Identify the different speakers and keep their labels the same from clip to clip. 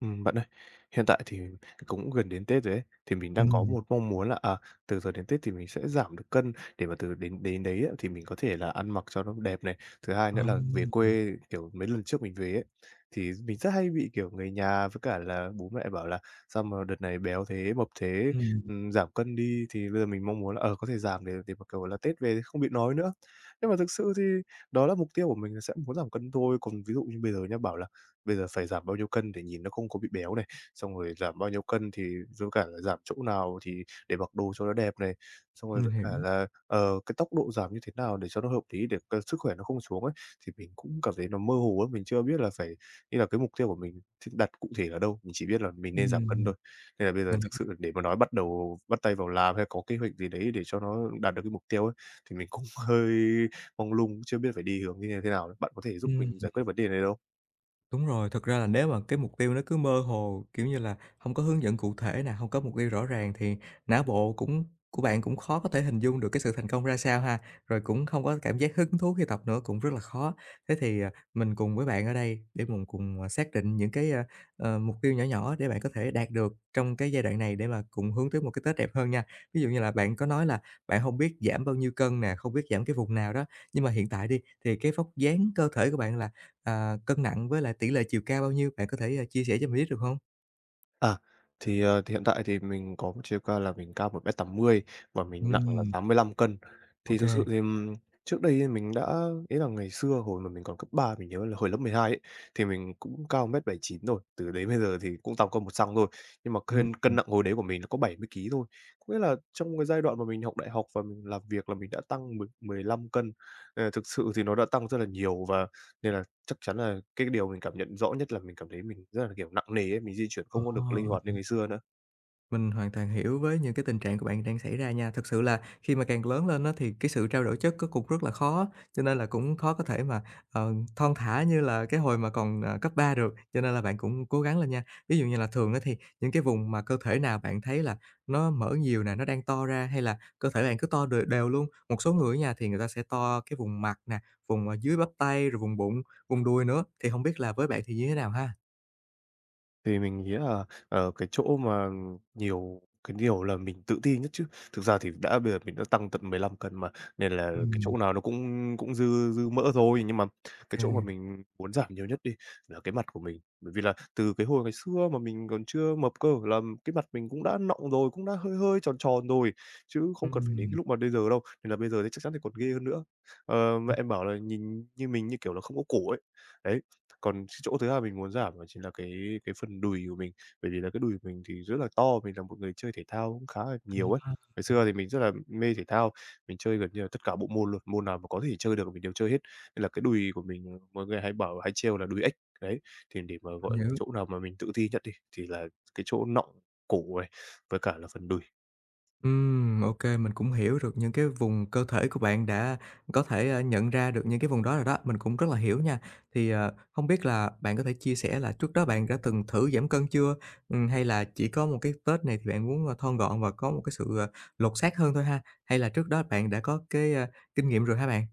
Speaker 1: Bạn ơi, hiện tại thì cũng gần đến Tết rồi ấy, thì mình đang có
Speaker 2: Ừm,
Speaker 1: một mong muốn là, từ giờ đến Tết thì mình sẽ giảm được cân để mà từ đến đến đấy á, thì mình có thể là ăn mặc cho nó đẹp này. Thứ hai
Speaker 2: ờ,
Speaker 1: nữa là về quê, kiểu, mấy lần trước mình về ấy, thì mình rất hay bị, kiểu, người nhà với cả là bố mẹ bảo là "Sao mà đợt này béo thế, mập thế,
Speaker 2: ừm,
Speaker 1: giảm cân đi." Thì bây giờ mình mong muốn là, ờ, có thể giảm để mà, kiểu là, Tết về thì không bị nói nữa. Nhưng mà thực sự thì đó là mục tiêu của mình là sẽ muốn giảm cân thôi, còn ví dụ như bây giờ nhá, bảo là bây giờ phải giảm bao nhiêu cân để nhìn nó không có bị béo này, xong rồi giảm bao nhiêu cân thì với cả là giảm chỗ nào thì để mặc đồ cho nó đẹp này, xong rồi
Speaker 2: mình
Speaker 1: với
Speaker 2: hiểu,
Speaker 1: cả là, ờ, cái tốc độ giảm như thế nào để cho nó hợp lý để c sức khỏe nó không xuống ấy, thì mình cũng cảm thấy nó mơ hồ lắm, mình chưa biết là phải như là cái mục tiêu của mình thì đặt cụ thể ở đâu, mình chỉ biết là mình nên giảm cân
Speaker 2: ừm,
Speaker 1: thôi. Nên là bây giờ
Speaker 2: mình
Speaker 1: thực
Speaker 2: hiểu,
Speaker 1: sự để mà nói bắt đầu bắt tay vào làm hay có kế hoạch gì đấy để cho nó đạt được cái mục tiêu ấy, thì mình cũng hơi mông lung, chưa biết phải đi hướng như thế nào. Bạn có thể giúp
Speaker 2: ừm.
Speaker 1: mình giải quyết vấn đề này được không?
Speaker 2: Đúng rồi, thực ra là nếu mà cái mục tiêu nó cứ mơ hồ, kiểu như là, không có hướng dẫn cụ thể nè, không có mục tiêu rõ ràng thì não bộ cũng của bạn cũng khó có thể hình dung được cái sự thành công ra sao ha, rồi cũng không có cảm giác hứng thú khi tập nữa, cũng rất là khó. Thế thì, mình cùng với bạn ở đây để mình cùng, xác định những cái, mục tiêu nhỏ nhỏ để bạn có thể đạt được trong cái giai đoạn này để mà cùng hướng tới một cái Tết đẹp hơn nha. Ví dụ như là bạn có nói là bạn không biết giảm bao nhiêu cân nè, không biết giảm cái vùng nào đó, nhưng mà hiện tại đi, thì cái vóc dáng cơ thể của bạn là cân nặng với lại tỷ lệ chiều cao bao nhiêu? Bạn có thể, chia sẻ cho mình biết được không?
Speaker 1: À, thì, ờ, thì hiện tại thì mình có một chiều cao là mình cao 1m80 và mình nặng là
Speaker 2: Ừm,
Speaker 1: 85 cân.
Speaker 2: ô.
Speaker 1: Thì thực sự thì, trước đây ấy mình đã ý là ngày xưa hồi mà mình còn cấp 3 mình nhớ là hồi lớp 12 ấy, thì mình cũng cao 1m79 rồi, từ đấy bây giờ thì cũng tăng cân một xăng thôi. Nhưng mà
Speaker 2: Ừm.
Speaker 1: cân cân nặng hồi đấy của mình nó có 70 ký thôi. Có nghĩa là trong cái giai đoạn mà mình học đại học và mình làm việc là mình đã tăng 10-15 cân. Nên thực sự thì nó đã tăng rất là nhiều và nên là chắc chắn là cái điều mình cảm nhận rõ nhất là mình cảm thấy mình rất là, kiểu, nặng nề ấy, mình di chuyển
Speaker 2: Ờ.
Speaker 1: không có được linh hoạt như ngày xưa nữa.
Speaker 2: Mình hoàn toàn hiểu với những cái tình trạng của bạn đang xảy ra nha. Thực sự là khi mà càng lớn lên á, thì cái sự trao đổi chất nó cũng rất là khó, cho nên là cũng khó có thể mà, thon thả như là cái hồi mà còn, cấp 3 được, cho nên là bạn cũng cố gắng lên nha. Ví dụ như là thường á, thì những cái vùng mà cơ thể nào bạn thấy là nó mở nhiều nè, nó đang to ra hay là cơ thể bạn cứ to đều đều luôn. Một số người nha, thì người ta sẽ to cái vùng mặt nè, vùng, dưới bắp tay, rồi vùng bụng, vùng đuôi nữa, thì không biết là với bạn thì như thế nào ha?
Speaker 1: Thì mình nghĩ là, ờ, cái chỗ mà nhiều cái điều là mình tự ti nhất chứ. Thực ra thì đã bây giờ mình đã tăng tận 15 cân mà, nên là cái
Speaker 2: Ừm,
Speaker 1: chỗ nào nó cũng cũng dư dư mỡ thôi. Nhưng mà
Speaker 2: ô
Speaker 1: cái
Speaker 2: kê.
Speaker 1: chỗ mà mình muốn giảm nhiều nhất đi là cái mặt của mình. Bởi vì là từ cái hồi ngày xưa mà mình còn chưa mập cơ là cái mặt mình cũng đã nọng rồi, cũng đã hơi hơi tròn tròn rồi, chứ không cần phải đến cái
Speaker 2: Ừm.
Speaker 1: lúc mà bây giờ đâu. Nên là bây giờ thì chắc chắn thì còn ghê hơn nữa. Ờ, mẹ em bảo là nhìn như mình như kiểu là không có cổ ấy. Đấy, còn cái chỗ thứ hai mình muốn giảm đó chính là cái phần đùi của mình, bởi vì là cái đùi của mình thì rất là to, mình là một người chơi thể thao cũng khá là nhiều
Speaker 2: Mình
Speaker 1: ấy. Ngày xưa thì mình rất là mê thể thao, mình chơi gần như là tất cả bộ môn luôn, môn nào mà có thể chơi được mình đều chơi hết, nên là cái đùi của mình mọi người hay bảo hay trêu là đùi ếch, đấy. Thì để mà, gọi là,
Speaker 2: hiểu.
Speaker 1: chỗ nào mà mình tự ti nhất đi, thì là cái chỗ nọng, cổ này, với cả là phần đùi.
Speaker 2: Ok, mình cũng hiểu được những cái vùng cơ thể của bạn đã có thể, nhận ra được những cái vùng đó rồi đó, mình cũng rất là hiểu nha. Thì, hông biết là bạn có thể chia sẻ là trước đó bạn đã từng thử giảm cân chưa? Hay là chỉ có một cái Tết này thì bạn muốn, thon gọn và có một cái sự, lột xác hơn thôi ha? Hay là trước đó bạn đã có cái, kinh nghiệm rồi hả bạn?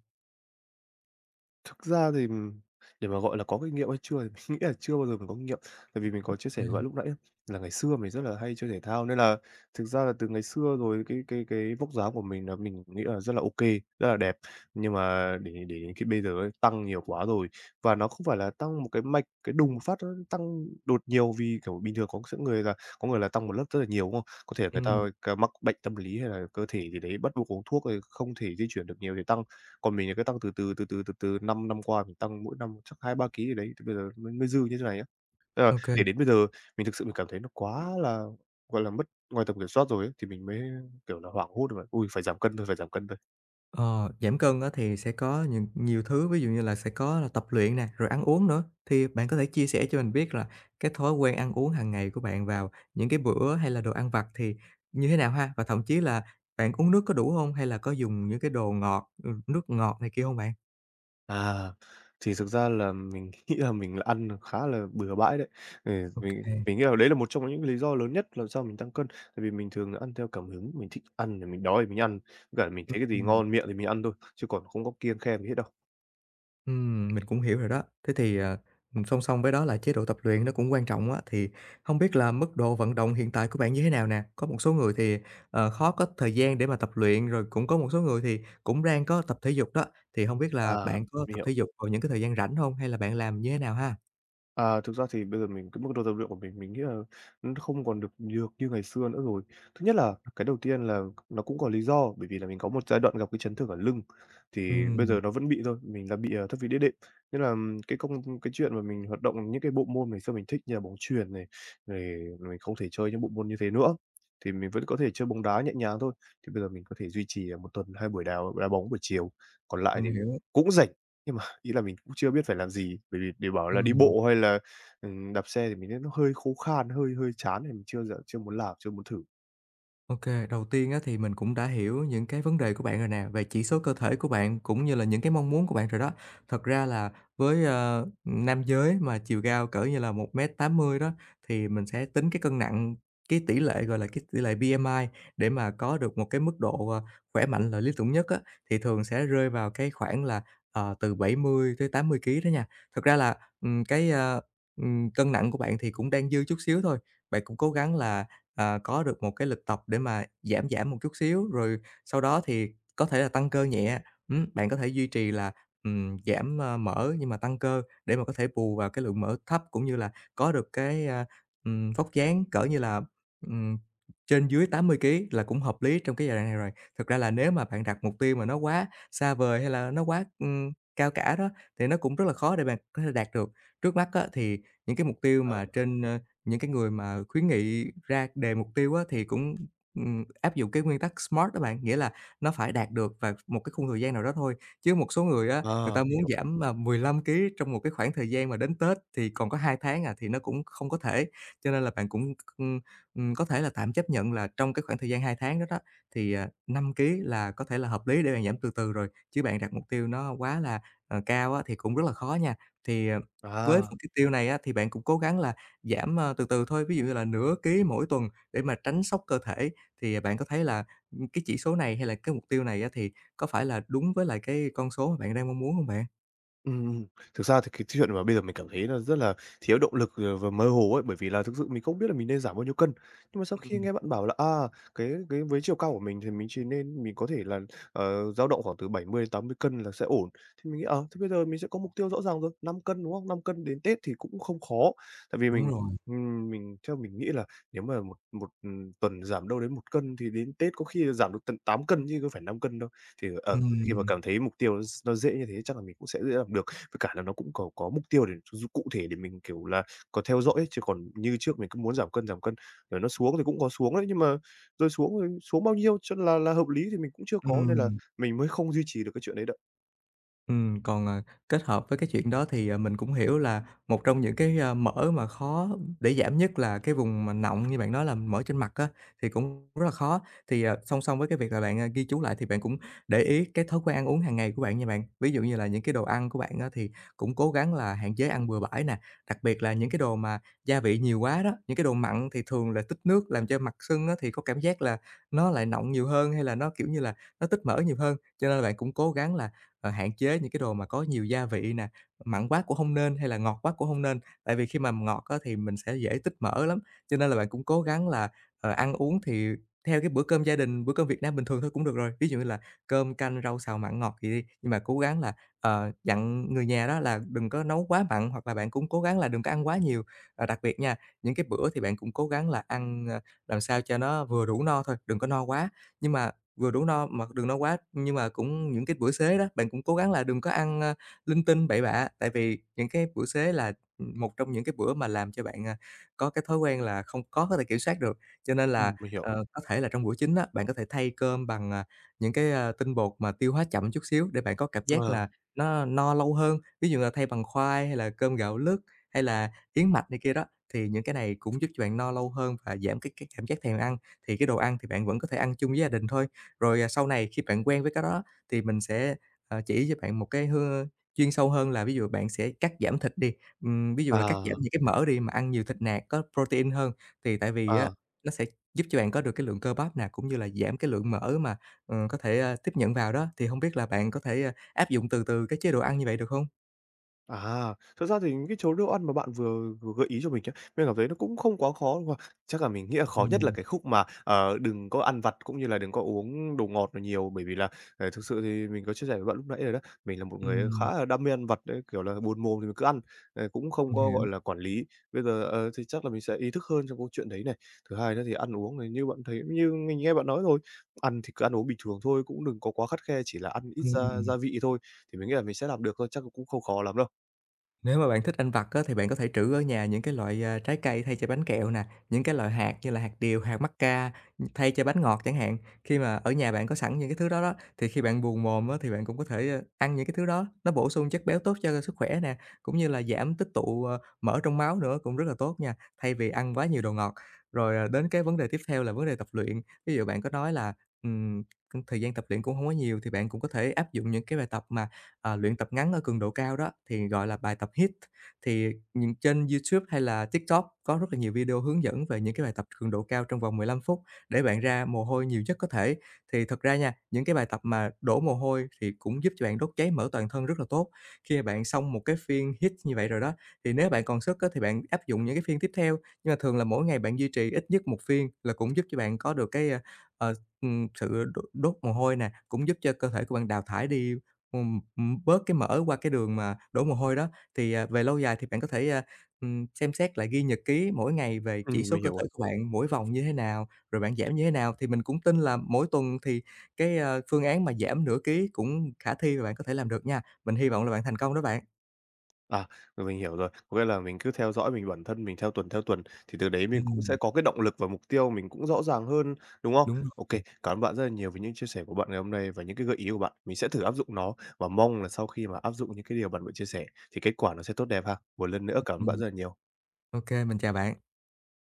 Speaker 1: Thực ra thì, để mà gọi là có kinh nghiệm hay chưa thì mình nghĩ là chưa bao giờ mình có kinh nghiệm. Tại vì mình có chia sẻ với bạn
Speaker 2: Ừm.
Speaker 1: lúc nãy á, là ngày xưa mình rất là hay chơi thể thao, nên là thực ra là từ ngày xưa rồi cái vóc dáng của mình là mình nghĩ là rất là OK, rất là đẹp. Nhưng mà để đến khi bây giờ ấy, tăng nhiều quá rồi, và nó không phải là tăng một cái mạch, cái đùng một phát nó tăng đột nhiều vì, kiểu, bình thường có sẽ người là có người là tăng một lớp rất là nhiều, đúng không? Có thể người ta
Speaker 2: Ừm,
Speaker 1: ca mắc bệnh tâm lý hay là cơ thể gì đấy bắt buộc uống thuốc rồi không thể di chuyển được nhiều thì tăng. Còn mình thì cứ tăng từ từ, từ từ, từ từ, 5 năm qua mình tăng mỗi năm chắc 2-3 ký gì đấy, thì bây giờ mới mới dư như thế này á. Tức là
Speaker 2: ô.
Speaker 1: để đến bây giờ mình thực sự mình cảm thấy nó quá là, gọi là, mất ngoài tầm kiểm soát rồi ấy, thì mình mới, kiểu là, hoảng hốt mà "Ôi, phải giảm cân thôi, phải giảm cân thôi."
Speaker 2: Ờ, Giảm cân á thì sẽ có những nhiều thứ, ví dụ như là sẽ có là tập luyện nè, rồi ăn uống nữa. Thì bạn có thể chia sẻ cho mình biết là cái thói quen ăn uống hàng ngày của bạn vào những cái bữa hay là đồ ăn vặt thì như thế nào ha? Và thậm chí là bạn uống nước có đủ không? Hay là có dùng những cái đồ ngọt, nước ngọt này kia không bạn?
Speaker 1: À, thì thực ra là mình nghĩ là mình là ăn khá là bừa bãi đấy. Ừ,
Speaker 2: Ô
Speaker 1: mình
Speaker 2: kê.
Speaker 1: mình nghĩ là đấy là một trong những lý do lớn nhất làm sao mình tăng cân, tại vì mình thường là ăn theo cảm hứng, mình thích ăn thì mình đói thì mình ăn, với cả là mình thấy cái gì ngon miệng thì mình ăn thôi, chứ còn không có kiêng khem gì hết đâu.
Speaker 2: Mình cũng hiểu rồi đó. Thế thì, song song với đó là chế độ tập luyện nó cũng quan trọng á, thì không biết là mức độ vận động hiện tại của bạn như thế nào nè? Có một số người thì, khó có thời gian để mà tập luyện, rồi cũng có một số người thì cũng đang có tập thể dục đó, thì không biết là
Speaker 1: À,
Speaker 2: bạn có
Speaker 1: mình
Speaker 2: tập
Speaker 1: hiểu.
Speaker 2: thể dục vào những cái thời gian rảnh không hay là bạn làm như thế nào ha?
Speaker 1: À, thực ra thì bây giờ mình cái mức độ tập luyện của mình nghĩ là nó không còn được được như ngày xưa nữa rồi. Thứ nhất là cái đầu tiên là nó cũng có lý do, bởi vì là mình có một giai đoạn gặp cái chấn thương ở lưng, thì bây
Speaker 2: Ừm,
Speaker 1: giờ nó vẫn bị thôi, mình là bị, ờ, thoát vị đĩa đệm. Nên là cái chuyện mà mình hoạt động những cái bộ môn ngày xưa mình thích như là bóng chuyền này, rồi mình không thể chơi những bộ môn như thế nữa, thì mình vẫn có thể chơi bóng đá nhẹ nhàng thôi. Thì bây giờ mình có thể duy trì, à, 1 tuần 2 buổi đá đá bóng buổi chiều, còn lại
Speaker 2: mình
Speaker 1: thì mình
Speaker 2: hiểu,
Speaker 1: cũng rảnh. Nhưng ý là mình cũng chưa biết phải làm gì, bởi vì để bảo là đi
Speaker 2: ừm.
Speaker 1: bộ hay là, đạp xe thì mình thấy nó hơi khô khan, hơi hơi chán thì mình chưa chưa muốn làm, chưa muốn thử.
Speaker 2: OK, đầu tiên á thì mình cũng đã hiểu những cái vấn đề của bạn rồi nè, về chỉ số cơ thể của bạn cũng như là những cái mong muốn của bạn rồi đó. Thật ra là với, nam giới mà chiều cao cỡ như là 1m80 đó, thì mình sẽ tính cái cân nặng, cái tỷ lệ, gọi là, cái tỷ lệ BMI để mà có được một cái mức độ, khỏe mạnh là lý tưởng nhất á, thì thường sẽ rơi vào cái khoảng là, từ 70 tới 80 ký đó nha. Thật ra là, cái, cân nặng của bạn thì cũng đang dư chút xíu thôi, bạn cũng cố gắng là có được một cái lịch tập để mà giảm giảm một chút xíu, rồi sau đó thì có thể là tăng cơ nhẹ. Bạn có thể duy trì là, giảm, mỡ nhưng mà tăng cơ để mà có thể bù vào cái lượng mỡ thấp, cũng như là có được cái, vóc dáng cỡ như là, ừm, trên dưới 80 ký là cũng hợp lý trong cái giai đoạn này rồi. Thực ra là nếu mà bạn đặt mục tiêu mà nó quá xa vời hay là nó quá, cao cả đó, thì nó cũng rất là khó để bạn có thể đạt được. Trước mắt á, thì những cái mục tiêu mà trên, những cái người mà khuyến nghị ra đề mục tiêu á, thì cũng, áp dụng cái nguyên tắc SMART đó bạn, nghĩa là nó phải đạt được vào một cái khung thời gian nào đó thôi. Chứ một số người á, người
Speaker 1: Ờ, mình
Speaker 2: ta muốn
Speaker 1: hiểu.
Speaker 2: giảm, mà 15 ký trong một cái khoảng thời gian mà đến Tết thì còn có 2 tháng à, thì nó cũng không có thể. Cho nên là bạn cũng, có thể là tạm chấp nhận là trong cái khoảng thời gian 2 tháng đó đó, thì, 5 ký là có thể là hợp lý để bạn giảm từ từ rồi, chứ bạn đặt mục tiêu nó quá là, cao á, thì cũng rất là khó nha. Thì, với
Speaker 1: À.
Speaker 2: mục tiêu này á, thì bạn cũng cố gắng là giảm, từ từ thôi, ví dụ như là nửa ký mỗi tuần để mà tránh sốc cơ thể, thì bạn có thấy là, cái chỉ số này hay là cái mục tiêu này á thì có phải là đúng với lại cái con số mà bạn đang mong muốn không bạn?
Speaker 1: Ừm, thực ra thì cái chuyện mà bây giờ mình cảm thấy là rất là thiếu động lực, ờ, và mơ hồ ấy, bởi vì là thực sự mình không biết là mình nên giảm bao nhiêu cân. Nhưng mà sau khi
Speaker 2: Ừm,
Speaker 1: nghe bạn bảo là, à, cái với chiều cao của mình thì mình chỉ nên mình có thể là, ờ, dao động khoảng từ 70 đến 80 cân là sẽ ổn. Thì mình nghĩ, ờ, thế bây giờ mình sẽ có mục tiêu rõ ràng rồi, 5 cân, đúng không? 5 cân đến Tết thì cũng không khó. Tại vì
Speaker 2: đúng rồi.
Speaker 1: mình theo mình nghĩ là nếu mà một một, tuần giảm đâu đến một cân thì đến Tết có khi là giảm được tận 8 cân chứ có phải 5 cân đâu. Thì, ờ khi mà
Speaker 2: Ừm,
Speaker 1: cảm thấy mục tiêu nó dễ như thế chắc là mình cũng sẽ dễ làm được, với cả là nó cũng có mục tiêu để d cụ thể để mình, kiểu là, có theo dõi ấy, chứ còn như trước mình cứ muốn giảm cân, rồi nó xuống thì cũng có xuống đấy, nhưng mà rồi xuống bao nhiêu cho là hợp lý thì mình cũng chưa có, nên là
Speaker 2: ừm.
Speaker 1: mình mới không duy trì được cái chuyện đấy đâu.
Speaker 2: Còn, kết hợp với cái chuyện đó thì, mình cũng hiểu là một trong những cái, mỡ mà khó để giảm nhất là cái vùng mà nọng như bạn nói là mỡ trên mặt á, thì cũng rất là khó. Thì, song song với cái việc là bạn, ghi chú lại thì bạn cũng để ý cái thói quen ăn uống hàng ngày của bạn nha bạn. Ví dụ như là những cái đồ ăn của bạn á thì cũng cố gắng là hạn chế ăn bừa bãi nè, đặc biệt là những cái đồ mà gia vị nhiều quá đó, những cái đồ mặn thì thường là tích nước làm cho mặt sưng á thì có cảm giác là nó lại nọng nhiều hơn hay là nó, kiểu như là, nó tích mỡ nhiều hơn. Cho nên là bạn cũng cố gắng là hạn chế những cái đồ mà có nhiều gia vị nè, mặn quá cũng không nên hay là ngọt quá cũng không nên. Tại vì khi mà ngọt á thì mình sẽ dễ tích mỡ lắm, cho nên là bạn cũng cố gắng là, ăn uống thì theo cái bữa cơm gia đình, bữa cơm Việt Nam bình thường thôi cũng được rồi. Ví dụ như là cơm, canh, rau, xào mặn, ngọt gì đi, nhưng mà cố gắng là, dặn người nhà đó là đừng có nấu quá mặn hoặc là bạn cũng cố gắng là đừng có ăn quá nhiều. Và đặc biệt nha, những cái bữa thì bạn cũng cố gắng là ăn, làm sao cho nó vừa đủ no thôi, đừng có no quá. Nhưng mà vừa đủ no mà đừng no quá, nhưng mà cũng những cái bữa xế đó, bạn cũng cố gắng là đừng có ăn, linh tinh bậy bạ, tại vì những cái bữa xế là, một trong những cái bữa mà làm cho bạn, có cái thói quen là không có có thể kiểm soát được. Cho nên
Speaker 1: Ừ,
Speaker 2: là,
Speaker 1: mình hiểu.
Speaker 2: có thể là trong bữa chính á, bạn có thể thay cơm bằng, những cái, tinh bột mà tiêu hóa chậm chút xíu để bạn có cảm giác
Speaker 1: Ờ,
Speaker 2: là nó no lâu hơn. Ví dụ là thay bằng khoai hay là cơm gạo lứt, hay là yến mạch này kia đó, thì những cái này cũng giúp cho bạn no lâu hơn và giảm cái cảm giác thèm ăn. Thì cái đồ ăn thì bạn vẫn có thể ăn chung với gia đình thôi. Rồi, sau này khi bạn quen với cái đó thì mình sẽ, chỉ cho bạn một cái hương chuyên sâu hơn là ví dụ bạn sẽ cắt giảm thịt đi, ví dụ là cắt giảm
Speaker 1: à
Speaker 2: những cái mỡ đi mà ăn nhiều thịt nạc có protein hơn. Thì tại vì
Speaker 1: à.
Speaker 2: á, nó sẽ giúp cho bạn có được cái lượng cơ bắp nè, cũng như là giảm cái lượng mỡ mà, có thể, tiếp nhận vào đó. Thì không biết là bạn có thể, áp dụng từ từ cái chế độ ăn như vậy được không?
Speaker 1: À, thật ra thì cái chỗ đồ ăn mà bạn vừa vừa gợi ý cho mình nhá, mình cảm thấy nó cũng không quá khó, đúng không? Chắc là mình nghĩ là khó nhất là
Speaker 2: Ừm,
Speaker 1: cái khúc mà, ờ, đừng có ăn vặt cũng như là đừng có uống đồ ngọt nhiều, bởi vì là, ờ, thực sự thì mình có chia sẻ với bạn lúc nãy rồi đó, mình là một người
Speaker 2: ừm,
Speaker 1: khá là đam mê ăn vặt đấy, kiểu là, buồn mồm thì mình cứ ăn, ờ, cũng không
Speaker 2: mình
Speaker 1: có,
Speaker 2: hiểu,
Speaker 1: gọi là, quản lý. Bây giờ, ờ, thì chắc là mình sẽ ý thức hơn trong câu chuyện đấy này. Thứ hai nữa thì ăn uống này như bạn thấy như mình nghe bạn nói rồi, ăn thì cứ ăn uống bình thường thôi, cũng đừng có quá khắt khe, chỉ là ăn ít gia
Speaker 2: ừm.
Speaker 1: gia vị thôi, thì mình nghĩ là mình sẽ làm được thôi, chắc cũng không khó lắm đâu.
Speaker 2: Nếu mà bạn thích ăn vặt á, thì bạn có thể trữ ở nhà những cái loại, trái cây thay cho bánh kẹo nè, những cái loại hạt như là hạt điều, hạt mắc ca thay cho bánh ngọt chẳng hạn. Khi mà ở nhà bạn có sẵn những cái thứ đó đó, thì khi bạn buồn mồm á, thì bạn cũng có thể, ăn những cái thứ đó, nó bổ sung chất béo tốt cho sức khỏe nè, cũng như là giảm tích tụ, mỡ trong máu nữa cũng rất là tốt nha, thay vì ăn quá nhiều đồ ngọt. Rồi, đến cái vấn đề tiếp theo là vấn đề tập luyện, ví dụ bạn có nói là, ừm, thời gian tập luyện cũng không có nhiều thì bạn cũng có thể áp dụng những cái bài tập mà luyện tập ngắn ở cường độ cao đó, thì gọi là bài tập HIIT. Thì nhìn trên YouTube hay là TikTok có rất là nhiều video hướng dẫn về những cái bài tập cường độ cao trong vòng 15 phút để bạn ra mồ hôi nhiều nhất có thể. Thì thật ra nha, những cái bài tập mà đổ mồ hôi thì cũng giúp cho bạn đốt cháy mỡ toàn thân rất là tốt. Khi mà bạn xong một cái phiên HIIT như vậy rồi đó, thì nếu bạn còn sức á, thì bạn áp dụng những cái phiên tiếp theo. Nhưng mà thường là mỗi ngày bạn duy trì ít nhất một phiên là cũng giúp cho bạn có được cái, ờ, sự đốt mồ hôi nè, cũng giúp cho cơ thể của bạn đào thải đi bớt cái mỡ qua cái đường mà đổ mồ hôi đó. Thì, về lâu dài thì bạn có thể, xem xét lại ghi nhật ký mỗi ngày về chỉ số
Speaker 1: Mình
Speaker 2: cơ
Speaker 1: hiểu rồi.
Speaker 2: thể của bạn, mỗi vòng như thế nào, rồi bạn giảm như thế nào. Thì mình cũng tin là mỗi tuần thì cái, phương án mà giảm nửa ký cũng khả thi và bạn có thể làm được nha. Mình hy vọng là bạn thành công đó bạn.
Speaker 1: À, rồi mình hiểu rồi. Có nghĩa là mình cứ theo dõi mình bản thân mình theo tuần thì từ đấy mình cũng sẽ
Speaker 2: Ừm,
Speaker 1: có cái động lực và mục tiêu mình cũng rõ ràng hơn, đúng không?
Speaker 2: đúng rồi.
Speaker 1: OK, cảm ơn bạn rất là nhiều với những chia sẻ của bạn ngày hôm nay và những cái gợi ý của bạn. Mình sẽ thử áp dụng nó và mong là sau khi mà áp dụng những cái điều bạn vừa chia sẻ thì kết quả nó sẽ tốt đẹp ha. Một lần nữa cảm ơn bạn
Speaker 2: Ừm,
Speaker 1: rất là nhiều.
Speaker 2: ô mình chào bạn.